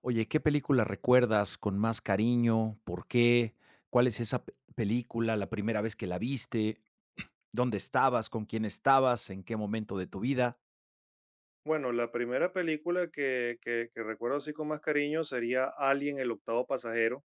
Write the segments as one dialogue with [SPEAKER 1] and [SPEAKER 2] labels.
[SPEAKER 1] Oye, ¿qué película recuerdas con más cariño? ¿Por qué? ¿Cuál es esa pe película? ¿La primera vez que la viste? ¿Dónde estabas? ¿Con quién estabas? ¿En qué momento de tu vida?
[SPEAKER 2] Bueno, la primera película que recuerdo así con más cariño sería Alien, el octavo pasajero,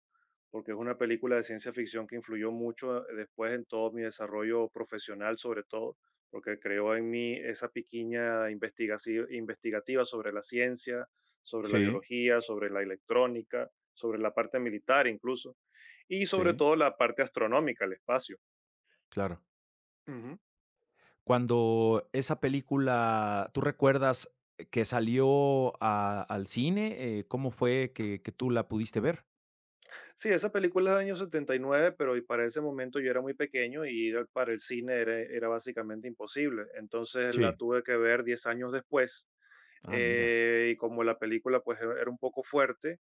[SPEAKER 2] porque es una película de ciencia ficción que influyó mucho después en todo mi desarrollo profesional, sobre todo, porque creó en mí esa piquiña investigativa sobre la ciencia, sobre la
[SPEAKER 1] Sí,
[SPEAKER 2] biología, sobre la electrónica, sobre la parte militar incluso, y sobre
[SPEAKER 1] sí,
[SPEAKER 2] todo la parte astronómica, el espacio.
[SPEAKER 1] claro.
[SPEAKER 2] Ujú.
[SPEAKER 1] Cuando esa película, ¿tú recuerdas que salió a al cine? ¿Cómo fue que tú la pudiste ver?
[SPEAKER 2] Sí, esa película es del año 79, pero y para ese momento yo era muy pequeño y ir para el cine era, era básicamente imposible. Entonces la
[SPEAKER 1] Sí.
[SPEAKER 2] tuve que ver 10 años después
[SPEAKER 1] Ah, mira.
[SPEAKER 2] y como la película pues era un poco fuerte,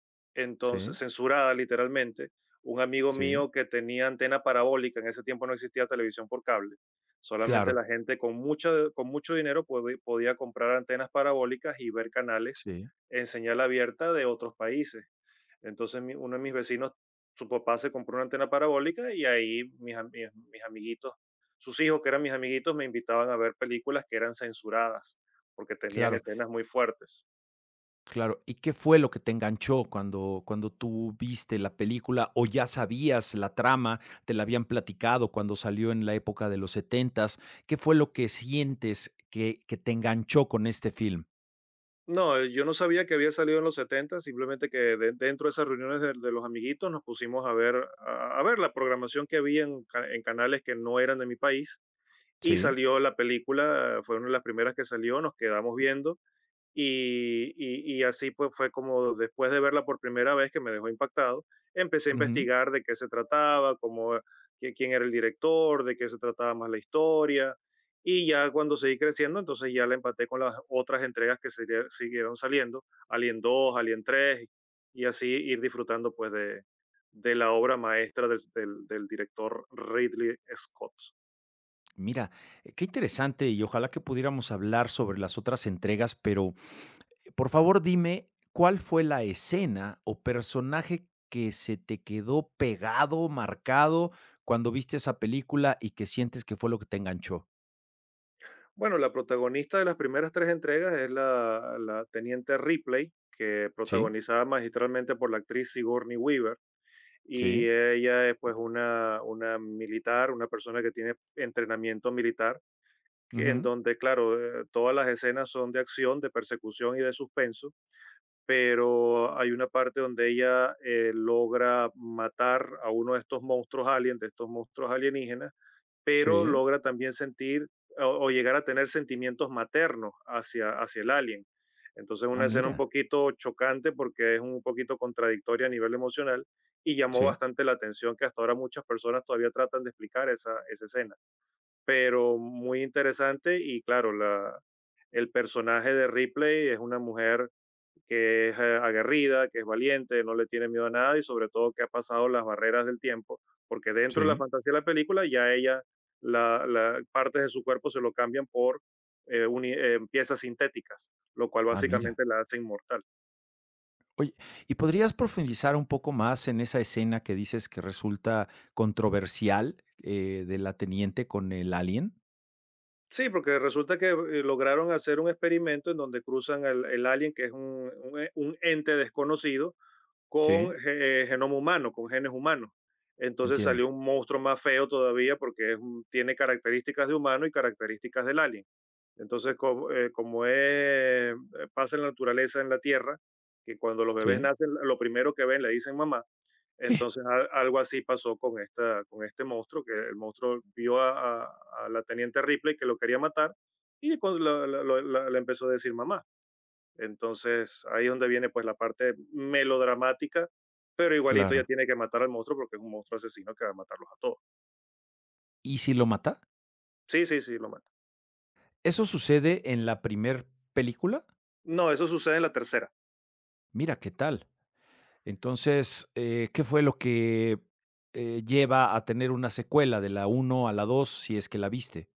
[SPEAKER 1] Sí,
[SPEAKER 2] entonces censurada literalmente, un amigo
[SPEAKER 1] sí,
[SPEAKER 2] mío que tenía antena parabólica, en ese tiempo no existía televisión por cable, solamente
[SPEAKER 1] claro,
[SPEAKER 2] la gente con mucho dinero podía comprar antenas parabólicas y ver canales
[SPEAKER 1] sí,
[SPEAKER 2] en señal abierta de otros países. Entonces uno de mis vecinos, su papá se compró una antena parabólica y ahí mis amiguitos, sus hijos que eran mis amiguitos, me invitaban a ver películas que eran censuradas porque tenían
[SPEAKER 1] claro.
[SPEAKER 2] escenas muy fuertes.
[SPEAKER 1] Claro, ¿y qué fue lo que te enganchó cuando tú viste la película, o ya sabías la trama, te la habían platicado cuando salió en la época de los setentas? ¿Qué fue lo que sientes que te enganchó con este film?
[SPEAKER 2] No, yo no sabía que había salido en los 70, simplemente que dentro de esas reuniones de los amiguitos nos pusimos a ver, a ver la programación que había en, en canales que no eran de mi país y
[SPEAKER 1] Sí.
[SPEAKER 2] salió la película, fue una de las primeras que salió, nos quedamos viendo. Y así pues fue como después de verla por primera vez que me dejó impactado, empecé a
[SPEAKER 1] Ujú.
[SPEAKER 2] investigar de qué se trataba, cómo, quién era el director, de qué se trataba más la historia. Y ya cuando seguí creciendo, entonces ya la empaté con las otras entregas que siguieron saliendo, Alien 2 Alien 3 y así ir disfrutando pues de la obra maestra del director Ridley Scott.
[SPEAKER 1] Mira, qué interesante, y ojalá que pudiéramos hablar sobre las otras entregas, pero, por favor, dime, ¿cuál fue la escena o personaje que se te quedó pegado, marcado, cuando viste esa película y que sientes que fue lo que te enganchó?
[SPEAKER 2] Bueno, la protagonista de las primeras tres entregas es la teniente Ripley, que
[SPEAKER 1] Sí,
[SPEAKER 2] protagonizada magistralmente por la actriz Sigourney Weaver, y
[SPEAKER 1] sí,
[SPEAKER 2] ella es pues una militar, una persona que tiene entrenamiento militar, en
[SPEAKER 1] ujú,
[SPEAKER 2] donde, claro, todas las escenas son de acción, de persecución y de suspenso, pero hay una parte donde ella logra matar a uno de estos monstruos alien, de estos monstruos alienígenas, pero
[SPEAKER 1] sí.
[SPEAKER 2] logra también sentir o llegar a tener sentimientos maternos hacia el alien. Entonces,
[SPEAKER 1] Ah,
[SPEAKER 2] una escena un
[SPEAKER 1] mira,
[SPEAKER 2] poquito chocante porque es un poquito contradictoria a nivel emocional y llamó
[SPEAKER 1] sí,
[SPEAKER 2] bastante la atención que hasta ahora muchas personas todavía tratan de explicar esa escena. Pero muy interesante y claro, la, el personaje de Ripley es una mujer que es aguerrida, que es valiente, no le tiene miedo a nada y sobre todo que ha pasado las barreras del tiempo, porque dentro de la
[SPEAKER 1] sí.
[SPEAKER 2] fantasía de la película ya ella, partes de su cuerpo se lo cambian por piezas sintéticas, lo cual
[SPEAKER 1] Ah, mira.
[SPEAKER 2] básicamente la hace inmortal.
[SPEAKER 1] Oye, ¿y podrías profundizar un poco más en esa escena que dices que resulta controversial, de la teniente con el alien?
[SPEAKER 2] Sí, porque resulta que lograron hacer un experimento en donde cruzan el alien, que es un un ente desconocido, con
[SPEAKER 1] Sí,
[SPEAKER 2] genoma humano, con genes humanos. Entonces
[SPEAKER 1] entiendo.
[SPEAKER 2] salió un monstruo más feo todavía porque es tiene características de humano y características del alien. Entonces, como, como es, eh, pasa en la naturaleza, en la Tierra, que cuando los bebés
[SPEAKER 1] Sí.
[SPEAKER 2] nacen, lo primero que ven le dicen mamá.
[SPEAKER 1] Eh,
[SPEAKER 2] Entonces, algo así pasó con, esta, con este monstruo, que el monstruo vio a, a la teniente Ripley que lo quería matar y le empezó a decir mamá. Entonces, ahí es donde viene pues la parte melodramática, pero igualito ya
[SPEAKER 1] Claro.
[SPEAKER 2] tiene que matar al monstruo porque es un monstruo asesino que va a matarlos a todos.
[SPEAKER 1] ¿Y si lo mata?
[SPEAKER 2] Sí, sí, sí, lo mata.
[SPEAKER 1] Eso sucede en la primer película.
[SPEAKER 2] No, eso sucede en la tercera.
[SPEAKER 1] Mira, ¿qué tal? Entonces, ¿qué fue lo que, lleva a tener una secuela de la uno a la dos?, ¿si es que la viste?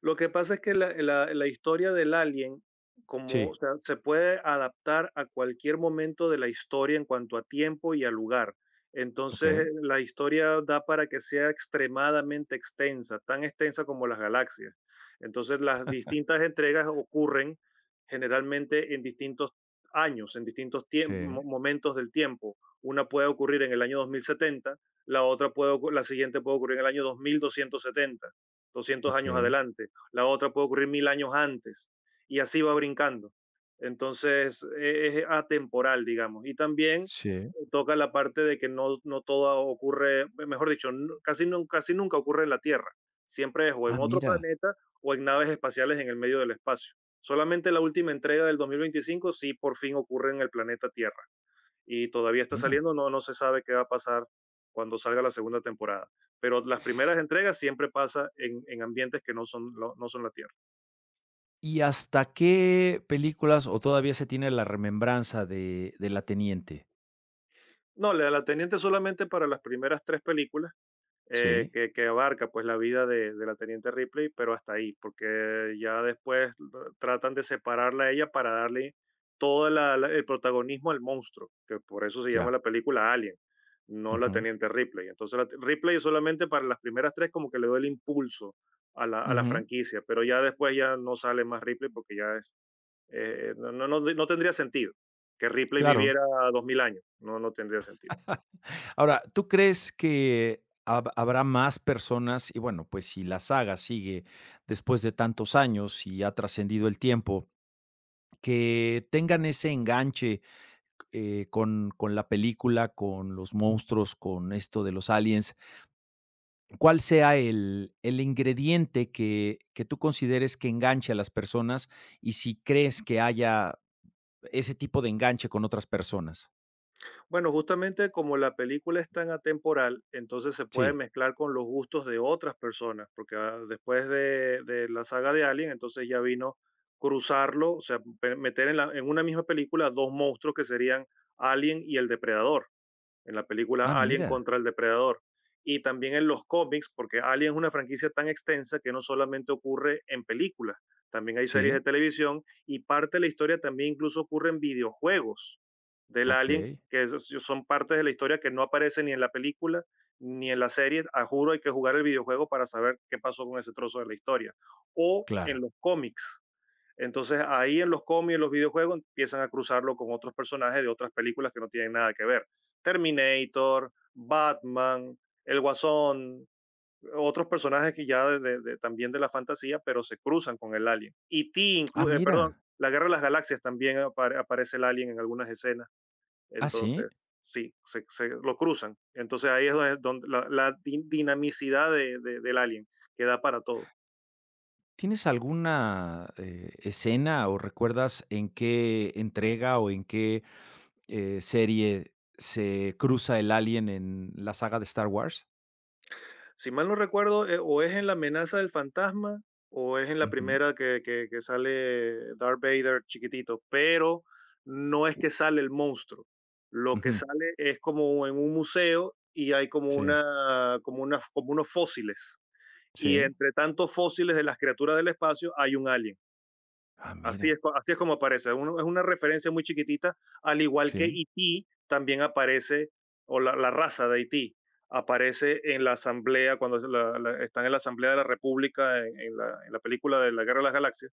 [SPEAKER 2] Lo que pasa es que la historia del alien, como, o
[SPEAKER 1] Sí,
[SPEAKER 2] sea, se puede adaptar a cualquier momento de la historia en cuanto a tiempo y a lugar. Entonces,
[SPEAKER 1] okey.
[SPEAKER 2] la historia da para que sea extremadamente extensa, tan extensa como las galaxias. Entonces, las distintas entregas ocurren generalmente en distintos años, en distintos
[SPEAKER 1] Sí,
[SPEAKER 2] momentos del tiempo. Una puede ocurrir en el año 2070, la otra puede, la siguiente puede ocurrir en el año 2270, 200 años
[SPEAKER 1] okey,
[SPEAKER 2] adelante, la otra puede ocurrir 1000 años antes y así va brincando. Entonces es atemporal, digamos. Y también
[SPEAKER 1] sí.
[SPEAKER 2] toca la parte de que no, no todo ocurre, mejor dicho, casi nunca ocurre en la Tierra. Siempre es o
[SPEAKER 1] Ah,
[SPEAKER 2] en otro
[SPEAKER 1] mira,
[SPEAKER 2] planeta o en naves espaciales en el medio del espacio. Solamente la última entrega del 2025 sí por fin ocurre en el planeta Tierra y todavía está
[SPEAKER 1] mira.
[SPEAKER 2] saliendo, no, no se sabe qué va a pasar cuando salga la segunda temporada. Pero las primeras entregas siempre pasa en ambientes que no son, no son la Tierra.
[SPEAKER 1] ¿Y hasta qué películas o todavía se tiene la remembranza de La Teniente?
[SPEAKER 2] No, la Teniente solamente para las primeras tres películas
[SPEAKER 1] Sí,
[SPEAKER 2] que abarca pues la vida de la teniente Ripley, pero hasta ahí, porque ya después tratan de separarla a ella para darle todo el protagonismo al monstruo, que por eso se llama
[SPEAKER 1] ya.
[SPEAKER 2] la película Alien, no la
[SPEAKER 1] Ujú,
[SPEAKER 2] teniente Ripley. Entonces Ripley solamente para las primeras tres como que le doy el impulso a la
[SPEAKER 1] ujú,
[SPEAKER 2] franquicia, pero ya después ya no sale más Ripley porque ya es, no, no, no tendría sentido que Ripley
[SPEAKER 1] claro.
[SPEAKER 2] viviera 2000 años, no, no tendría sentido.
[SPEAKER 1] Ahora, ¿tú crees que habrá más personas? Y bueno, pues, si la saga sigue después de tantos años y ha trascendido el tiempo, que tengan ese enganche, con la película, con los monstruos, con esto de los aliens, cuál sea el ingrediente que tú consideres que enganche a las personas y si crees que haya ese tipo de enganche con otras personas.
[SPEAKER 2] Bueno, justamente como la película es tan atemporal, entonces se puede
[SPEAKER 1] Sí.
[SPEAKER 2] mezclar con los gustos de otras personas, porque ah, después de la saga de Alien, entonces ya vino cruzarlo, o sea, meter en, en una misma película dos monstruos que serían Alien y el Depredador en la
[SPEAKER 1] Ah,
[SPEAKER 2] película Alien
[SPEAKER 1] mira.
[SPEAKER 2] contra el Depredador. Y también en los cómics, porque Alien es una franquicia tan extensa que no solamente ocurre en películas, también hay series de
[SPEAKER 1] Sí.
[SPEAKER 2] televisión y parte de la historia también incluso ocurre en videojuegos del Alien,
[SPEAKER 1] Okey.
[SPEAKER 2] son partes de la historia que no aparecen ni en la película ni en la serie. A juro, hay que jugar el videojuego para saber qué pasó con ese trozo de la historia. O en
[SPEAKER 1] Claro.
[SPEAKER 2] los cómics, entonces ahí en los cómics, en los videojuegos, empiezan a cruzarlo con otros personajes de otras películas que no tienen nada que ver. Terminator, Batman, El Guasón, otros personajes que ya también de la fantasía, pero se cruzan con el alien.
[SPEAKER 1] Ah,
[SPEAKER 2] Perdón,
[SPEAKER 1] mira.
[SPEAKER 2] la Guerra de las Galaxias también aparece el alien en algunas escenas.
[SPEAKER 1] Ah, ¿sí?
[SPEAKER 2] Entonces, sí, se lo cruzan. Entonces ahí es donde, donde la, dinamicidad del alien que da para todo.
[SPEAKER 1] ¿Tienes alguna, escena o recuerdas en qué entrega o en qué, serie se cruza el alien en la saga de Star Wars?
[SPEAKER 2] Si mal no recuerdo, o es en La amenaza del fantasma o es en la
[SPEAKER 1] Ujú,
[SPEAKER 2] primera que sale Darth Vader chiquitito, pero no es que sale el monstruo. Lo que
[SPEAKER 1] ujú.
[SPEAKER 2] sale es como en un museo y hay como,
[SPEAKER 1] Sí,
[SPEAKER 2] una, como, una, como unos fósiles. Y
[SPEAKER 1] sí.
[SPEAKER 2] entre tantos fósiles de las criaturas del espacio hay un alien.
[SPEAKER 1] Ah,
[SPEAKER 2] Así
[SPEAKER 1] mira.
[SPEAKER 2] es, así es como aparece. Uno- es una referencia muy chiquitita, al igual que
[SPEAKER 1] Sí.
[SPEAKER 2] Haití también aparece, o la raza de Haití aparece en la asamblea, cuando se están en la asamblea de la República, en la película de la Guerra de las Galaxias.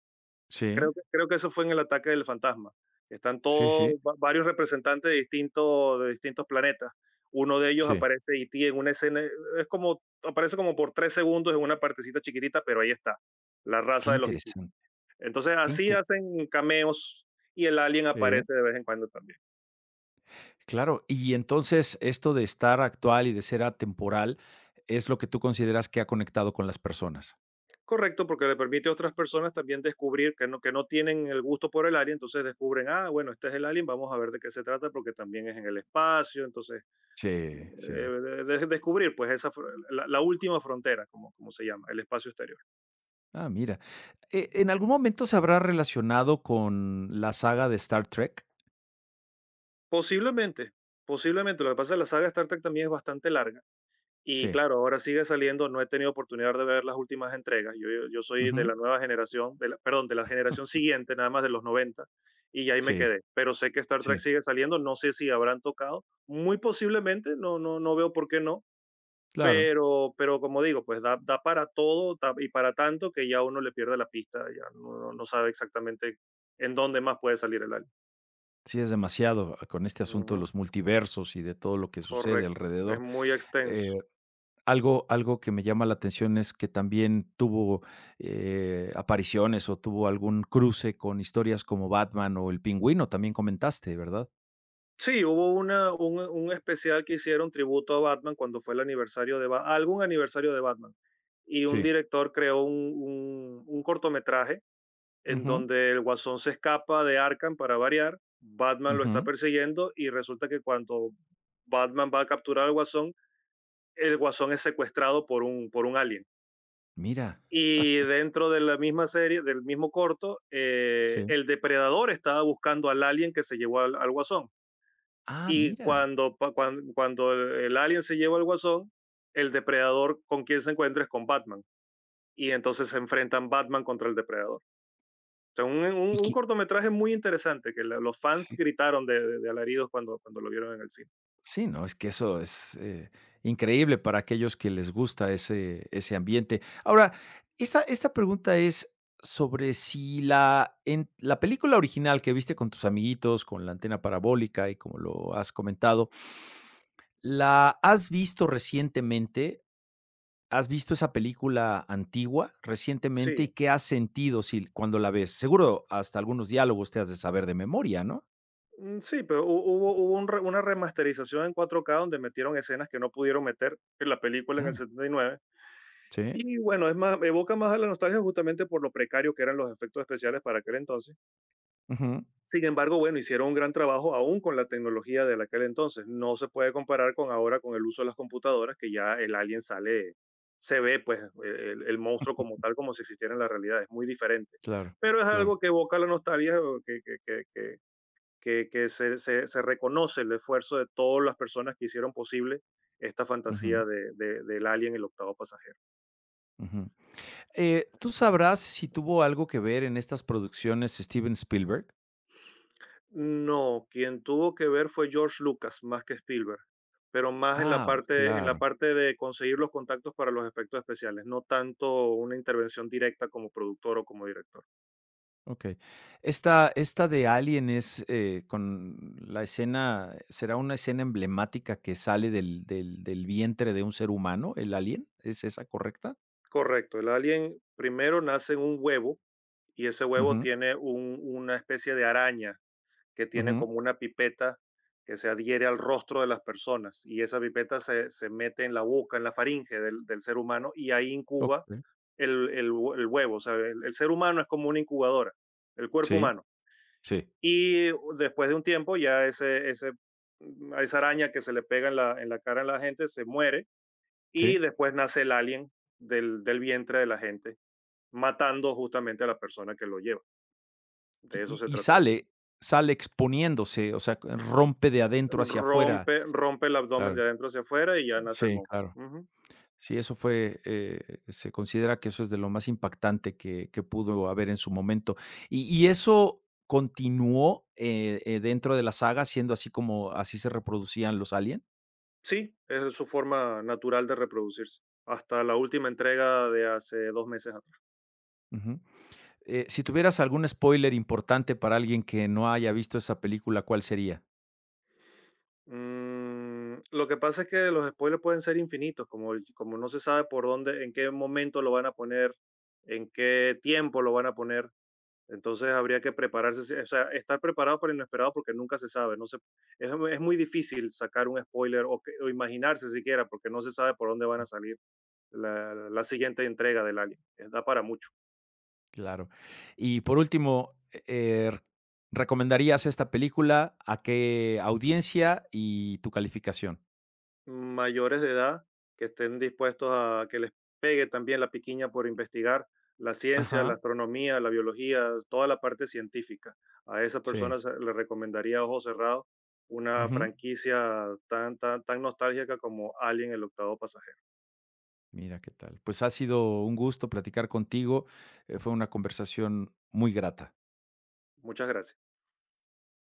[SPEAKER 1] Sí,
[SPEAKER 2] Creo que eso fue en el ataque del fantasma. Están
[SPEAKER 1] sí,
[SPEAKER 2] todos,
[SPEAKER 1] sí.
[SPEAKER 2] varios representantes de distintos planetas. Uno de ellos
[SPEAKER 1] Sí.
[SPEAKER 2] aparece Haití en una escena, es como, aparece como por 3 segundos en una partecita chiquitita, pero ahí está, la
[SPEAKER 1] Qué
[SPEAKER 2] raza de los Haití.
[SPEAKER 1] interesante,
[SPEAKER 2] Entonces
[SPEAKER 1] qué
[SPEAKER 2] así
[SPEAKER 1] inte
[SPEAKER 2] hacen cameos y el alien
[SPEAKER 1] sí.
[SPEAKER 2] aparece de vez en cuando también.
[SPEAKER 1] Claro, y entonces esto de estar actual y de ser atemporal es lo que tú consideras que ha conectado con las personas.
[SPEAKER 2] Correcto, porque le permite a otras personas también descubrir que no tienen el gusto por el alien, entonces descubren, ah, bueno, este es el alien, vamos a ver de qué se trata, porque también es en el espacio, entonces
[SPEAKER 1] Sí, sí.
[SPEAKER 2] descubrir pues esa, la, la última frontera, como, como se llama, el espacio exterior.
[SPEAKER 1] Ah, mira, en algún momento se habrá relacionado con la saga de Star Trek?
[SPEAKER 2] Posiblemente, posiblemente, lo que pasa es que la saga de Star Trek también es bastante larga. Y
[SPEAKER 1] Sí.
[SPEAKER 2] claro, ahora sigue saliendo, no he tenido oportunidad de ver las últimas entregas. Yo soy de
[SPEAKER 1] Ujú.
[SPEAKER 2] la nueva generación, de perdón, de la generación siguiente, nada más de los 90 y ahí me
[SPEAKER 1] Sí,
[SPEAKER 2] quedé. Pero sé que Star Trek
[SPEAKER 1] sí,
[SPEAKER 2] sigue saliendo, no sé si habrán tocado, muy posiblemente, no, no, no veo por qué no,
[SPEAKER 1] claro.
[SPEAKER 2] pero como digo, pues da, da para todo y para tanto que ya uno le pierde la pista, ya no, no sabe exactamente en dónde más puede salir el álbum.
[SPEAKER 1] Sí, es demasiado, con este asunto de
[SPEAKER 2] Ujú,
[SPEAKER 1] los multiversos y de todo lo que sucede
[SPEAKER 2] correcto, es
[SPEAKER 1] alrededor.
[SPEAKER 2] muy
[SPEAKER 1] Eh
[SPEAKER 2] extenso.
[SPEAKER 1] algo que me llama la atención es que también tuvo, apariciones o tuvo algún cruce con historias como Batman o El Pingüino, también comentaste, ¿verdad?
[SPEAKER 2] Sí, hubo un especial que hicieron tributo a Batman cuando fue el aniversario de Batman, algún aniversario de Batman. Y un
[SPEAKER 1] Sí.
[SPEAKER 2] director creó un cortometraje en
[SPEAKER 1] Ujú.
[SPEAKER 2] donde el guasón se escapa de Arkham para variar, Batman lo está
[SPEAKER 1] Ujú,
[SPEAKER 2] persiguiendo y resulta que cuando Batman va a capturar al guasón, el guasón es secuestrado por un alien.
[SPEAKER 1] mira.
[SPEAKER 2] Y dentro de la misma serie, del mismo corto,
[SPEAKER 1] Sí.
[SPEAKER 2] el depredador estaba buscando al alien que se llevó al guasón
[SPEAKER 1] Ah,
[SPEAKER 2] y
[SPEAKER 1] mira.
[SPEAKER 2] cuando el alien se lleva al guasón, el depredador con quien se encuentra es con Batman. Y entonces se enfrentan Batman contra el depredador. O sea, un,
[SPEAKER 1] ¿Y
[SPEAKER 2] un- un
[SPEAKER 1] qué?
[SPEAKER 2] cortometraje muy interesante que los fans
[SPEAKER 1] Sí.
[SPEAKER 2] gritaron de alaridos cuando lo vieron en el cine.
[SPEAKER 1] Sí, no, es que eso es increíble para aquellos que les gusta ese, ese ambiente. Ahora, esta pregunta es sobre si la, en, la película original que viste con tus amiguitos, con la antena parabólica y como lo has comentado, ¿la has visto recientemente? ¿Has visto esa película antigua recientemente y
[SPEAKER 2] Sí,
[SPEAKER 1] qué has sentido si, cuando la ves? Seguro hasta algunos diálogos te has de saber de memoria, ¿no?
[SPEAKER 2] mm, sí, pero hubo una remasterización en 4K donde metieron escenas que no pudieron meter en la película en
[SPEAKER 1] Ah,
[SPEAKER 2] el 79.
[SPEAKER 1] sí.
[SPEAKER 2] Y nueve. Y bueno, es más, evoca más a la nostalgia justamente por lo precario que eran los efectos especiales para aquel entonces.
[SPEAKER 1] Ujú,
[SPEAKER 2] Sin embargo, bueno, hicieron un gran trabajo aún con la tecnología de aquel entonces. No se puede comparar con ahora con el uso de las computadoras, que ya el alien sale, se ve pues el monstruo como tal, como si existiera en la realidad. Es muy diferente.
[SPEAKER 1] claro,
[SPEAKER 2] Pero es
[SPEAKER 1] claro.
[SPEAKER 2] algo que evoca la nostalgia, o que se reconoce el esfuerzo de todas las personas que hicieron posible esta
[SPEAKER 1] Ujú,
[SPEAKER 2] fantasía del alien, el octavo pasajero.
[SPEAKER 1] ujú. ¿Tú sabrás si tuvo algo que ver en estas producciones Steven Spielberg?
[SPEAKER 2] No, quien tuvo que ver fue George Lucas más que Spielberg, pero más
[SPEAKER 1] Ah,
[SPEAKER 2] en la
[SPEAKER 1] claro,
[SPEAKER 2] parte de conseguir los contactos para los efectos especiales, no tanto una intervención directa como productor o como director.
[SPEAKER 1] okey. Esta de Alien es, con la escena, ¿será una escena emblemática que sale del del vientre de un ser humano, el alien? ¿Es esa correcta?
[SPEAKER 2] Correcto, el alien primero nace en un huevo y ese huevo
[SPEAKER 1] Ujú,
[SPEAKER 2] tiene una especie de araña que tiene
[SPEAKER 1] ujú.
[SPEAKER 2] como una pipeta que se adhiere al rostro de las personas y esa pipeta se mete en la boca, en la faringe del ser humano y ahí incuba
[SPEAKER 1] Okey.
[SPEAKER 2] el huevo. O sea, el ser humano es como una incubadora, el cuerpo
[SPEAKER 1] Sí,
[SPEAKER 2] humano.
[SPEAKER 1] sí,
[SPEAKER 2] Y después de un tiempo ya a esa araña que se le pega en la cara a la gente se muere y
[SPEAKER 1] sí.
[SPEAKER 2] después nace el alien del vientre de la gente, matando justamente a la persona que lo lleva.
[SPEAKER 1] Y
[SPEAKER 2] De eso se
[SPEAKER 1] y y
[SPEAKER 2] trata la
[SPEAKER 1] sale, sale exponiéndose, o sea, rompe de adentro hacia afuera.
[SPEAKER 2] rompe, rompe el abdomen
[SPEAKER 1] Claro,
[SPEAKER 2] de adentro hacia afuera y ya nace el
[SPEAKER 1] sí,
[SPEAKER 2] monstruo.
[SPEAKER 1] claro.
[SPEAKER 2] Ujú.
[SPEAKER 1] Sí, eso fue, se considera que eso es de lo más impactante que pudo haber en su momento. Y eso continuó, dentro de la saga siendo así como así se reproducían los alien?
[SPEAKER 2] Sí, es su forma natural de reproducirse. Hasta la última entrega de hace 2 meses atrás.
[SPEAKER 1] Ujú. Si tuvieras algún spoiler importante para alguien que no haya visto esa película, ¿cuál sería?
[SPEAKER 2] Mm, lo que pasa es que los spoilers pueden ser infinitos, como, como no se sabe por dónde, en qué momento lo van a poner, en qué tiempo lo van a poner. Entonces habría que prepararse, sí, o sea, estar preparado para lo inesperado porque nunca se sabe. No se, es muy difícil sacar un spoiler o, o imaginarse siquiera porque no se sabe por dónde van a salir la siguiente entrega del Alien. Da para mucho.
[SPEAKER 1] Claro. Y por último, eh, ¿recomendarías esta película a qué audiencia y tu calificación?
[SPEAKER 2] Mayores de edad que estén dispuestos a que les pegue también la piquiña por investigar la ciencia, la
[SPEAKER 1] Ajá,
[SPEAKER 2] astronomía, la biología, toda la parte científica. A esas
[SPEAKER 1] sí.
[SPEAKER 2] personas les recomendaría a ojos cerrados una
[SPEAKER 1] Ujú.
[SPEAKER 2] franquicia tan nostálgica como Alien, el octavo pasajero.
[SPEAKER 1] Mira qué tal. Pues ha sido un gusto platicar contigo, fue una conversación muy grata.
[SPEAKER 2] Muchas gracias.